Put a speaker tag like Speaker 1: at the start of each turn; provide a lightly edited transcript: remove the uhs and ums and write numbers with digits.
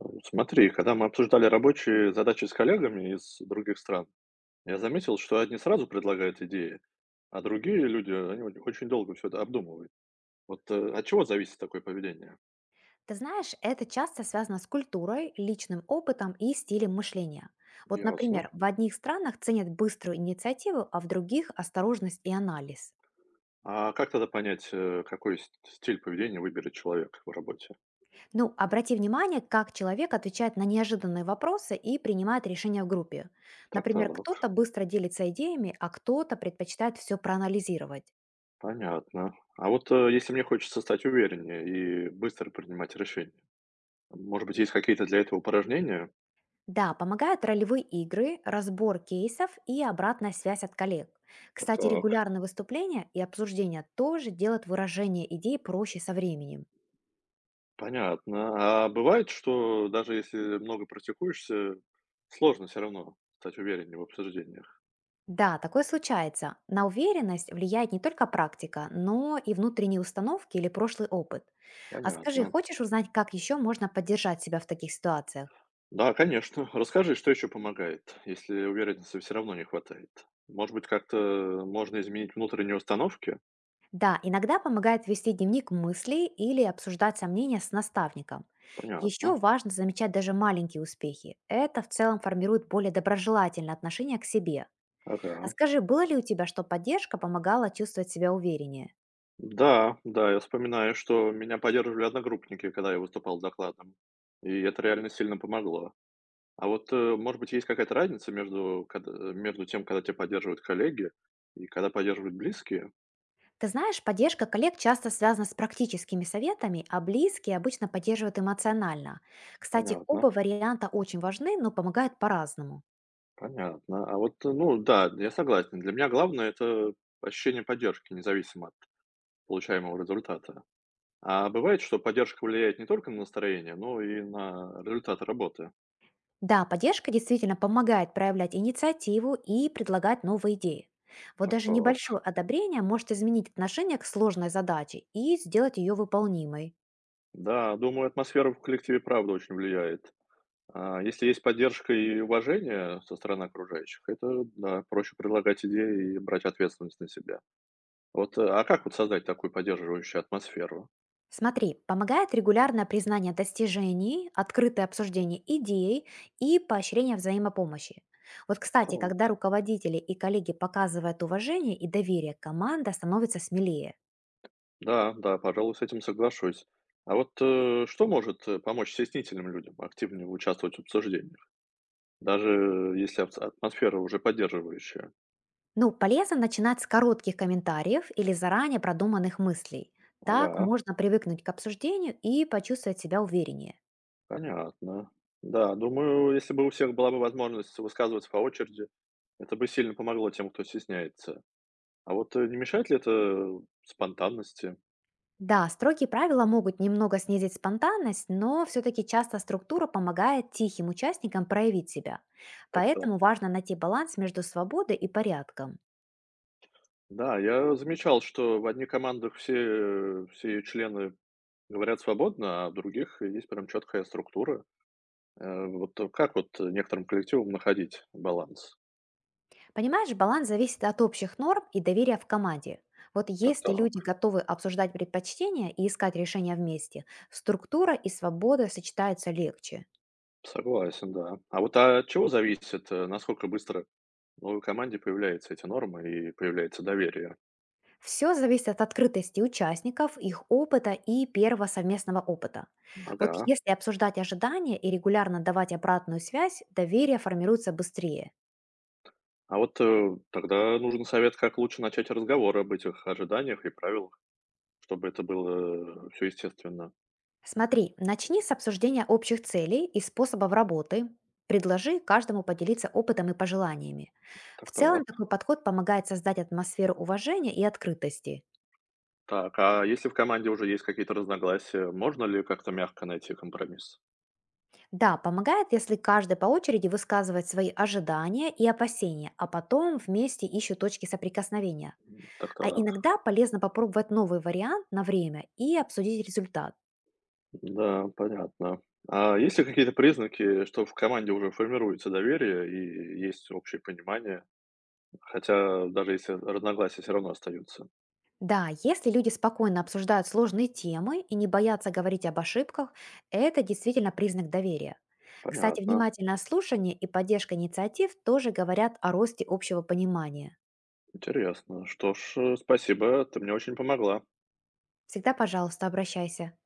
Speaker 1: Ну, смотри, когда мы обсуждали рабочие задачи с коллегами из других стран, я заметил, что одни сразу предлагают идеи, а другие люди, они вот очень долго все это обдумывают. Вот от чего зависит такое поведение?
Speaker 2: Ты знаешь, это часто связано с культурой, личным опытом и стилем мышления. Вот,
Speaker 1: Ясно.
Speaker 2: например, в одних странах ценят быструю инициативу, а в других– осторожность и анализ.
Speaker 1: А как тогда понять, какой стиль поведения выберет человек в работе?
Speaker 2: Ну, обрати внимание, как человек отвечает на неожиданные вопросы и принимает решения в группе.
Speaker 1: Так, так,
Speaker 2: Например, кто-то быстро делится идеями, а кто-то предпочитает все проанализировать.
Speaker 1: понятно. А вот если мне хочется стать увереннее и быстро принимать решения, может быть, есть какие-то для этого упражнения?
Speaker 2: Да, помогают ролевые игры, разбор кейсов и обратная связь от коллег.
Speaker 1: Так,
Speaker 2: Кстати,
Speaker 1: так.
Speaker 2: регулярные выступления и обсуждения тоже делают выражение идей проще со временем.
Speaker 1: Понятно. А бывает, что даже если много практикуешься, сложно все равно стать увереннее в обсуждениях?
Speaker 2: Да, такое случается. На уверенность влияет не только практика, но и внутренние установки или прошлый опыт. А скажи,
Speaker 1: Понятно.
Speaker 2: хочешь узнать, как еще можно поддержать себя в таких ситуациях?
Speaker 1: Да, конечно. Расскажи, что еще помогает, если уверенности все равно не хватает? Может быть, как-то можно изменить внутренние установки?
Speaker 2: Да, иногда помогает вести дневник мыслей или обсуждать сомнения с наставником. Еще
Speaker 1: Понятно.
Speaker 2: важно замечать даже маленькие успехи. Это в целом формирует более доброжелательное отношение к себе. А
Speaker 1: Ага.
Speaker 2: скажи, было ли у тебя, что поддержка помогала чувствовать себя увереннее?
Speaker 1: Да, да, я вспоминаю, что меня поддерживали одногруппники, когда я выступал с докладом. И это реально сильно помогло. А вот, может быть, есть какая-то разница между между тем, когда тебя поддерживают коллеги и когда поддерживают близкие?
Speaker 2: Ты знаешь, поддержка коллег часто связана с практическими советами, а близкие обычно поддерживают эмоционально. Кстати,
Speaker 1: Понятно,
Speaker 2: оба варианта очень важны, но помогают по-разному.
Speaker 1: понятно. А вот, ну да, я согласен. Для меня главное — это ощущение поддержки, независимо от получаемого результата. А бывает, что поддержка влияет не только на настроение, но и на результат работы.
Speaker 2: Да, поддержка действительно помогает проявлять инициативу и предлагать новые идеи. Вот даже
Speaker 1: Так-так.
Speaker 2: небольшое одобрение может изменить отношение к сложной задаче и сделать ее выполнимой.
Speaker 1: Да, думаю, атмосфера в коллективе правда очень влияет. А, если есть поддержка и уважение со стороны окружающих, это да, проще предлагать идеи и брать ответственность на себя. Вот, а как вот создать такую поддерживающую атмосферу?
Speaker 2: Смотри, помогает регулярное признание достижений, открытое обсуждение идей и поощрение взаимопомощи. Вот, кстати, когда
Speaker 1: Так,
Speaker 2: руководители и коллеги показывают уважение и доверие, команда становится смелее.
Speaker 1: да, да, пожалуй, с этим соглашусь. А вот что может помочь стеснительным людям активнее участвовать в обсуждениях, даже если атмосфера уже поддерживающая?
Speaker 2: Ну, полезно начинать с коротких комментариев или заранее продуманных мыслей. Так
Speaker 1: Да,
Speaker 2: можно привыкнуть к обсуждению и почувствовать себя увереннее.
Speaker 1: понятно. Да, думаю, если бы у всех была бы возможность высказываться по очереди, это бы сильно помогло тем, кто стесняется. А вот не мешает ли это спонтанности?
Speaker 2: Да, строгие правила могут немного снизить спонтанность, но все-таки часто структура помогает тихим участникам проявить себя.
Speaker 1: Так-то.
Speaker 2: Поэтому важно найти баланс между свободой и порядком.
Speaker 1: Да, я замечал, что в одних командах все, все члены говорят свободно, а у других есть прям четкая структура. Некоторым коллективам находить баланс?
Speaker 2: Понимаешь, баланс зависит от общих норм и доверия в команде. Вот если люди
Speaker 1: Так-так,
Speaker 2: готовы обсуждать предпочтения и искать решения вместе, структура и свобода сочетаются легче.
Speaker 1: согласен, да. А вот а от чего зависит, насколько быстро в новой команде появляются эти нормы и появляется доверие?
Speaker 2: Все зависит от открытости участников, их опыта и первого совместного опыта. Вот
Speaker 1: Ага.
Speaker 2: если обсуждать ожидания и регулярно давать обратную связь, доверие формируется быстрее.
Speaker 1: А вот тогда нужен совет, как лучше начать разговор об этих ожиданиях и правилах, чтобы это было все естественно.
Speaker 2: Смотри, начни с обсуждения общих целей и способов работы. Предложи каждому поделиться опытом и пожеланиями. В целом
Speaker 1: Так-так.
Speaker 2: такой подход помогает создать атмосферу уважения и открытости.
Speaker 1: Так, а если в команде уже есть какие-то разногласия, можно ли как-то мягко найти компромисс?
Speaker 2: Да, помогает, если каждый по очереди высказывает свои ожидания и опасения, а потом вместе ищут точки соприкосновения. А
Speaker 1: Так-так.
Speaker 2: иногда полезно попробовать новый вариант на время и обсудить результат.
Speaker 1: Да, понятно. А есть ли какие-то признаки, что в команде уже формируется доверие и есть общее понимание? Хотя даже если разногласия все равно остаются.
Speaker 2: Да, если люди спокойно обсуждают сложные темы и не боятся говорить об ошибках, это действительно признак доверия. Кстати,
Speaker 1: Понятно.
Speaker 2: внимательное слушание и поддержка инициатив тоже говорят о росте общего понимания.
Speaker 1: Интересно. Что ж, спасибо, ты мне очень помогла.
Speaker 2: Всегда, пожалуйста, обращайся.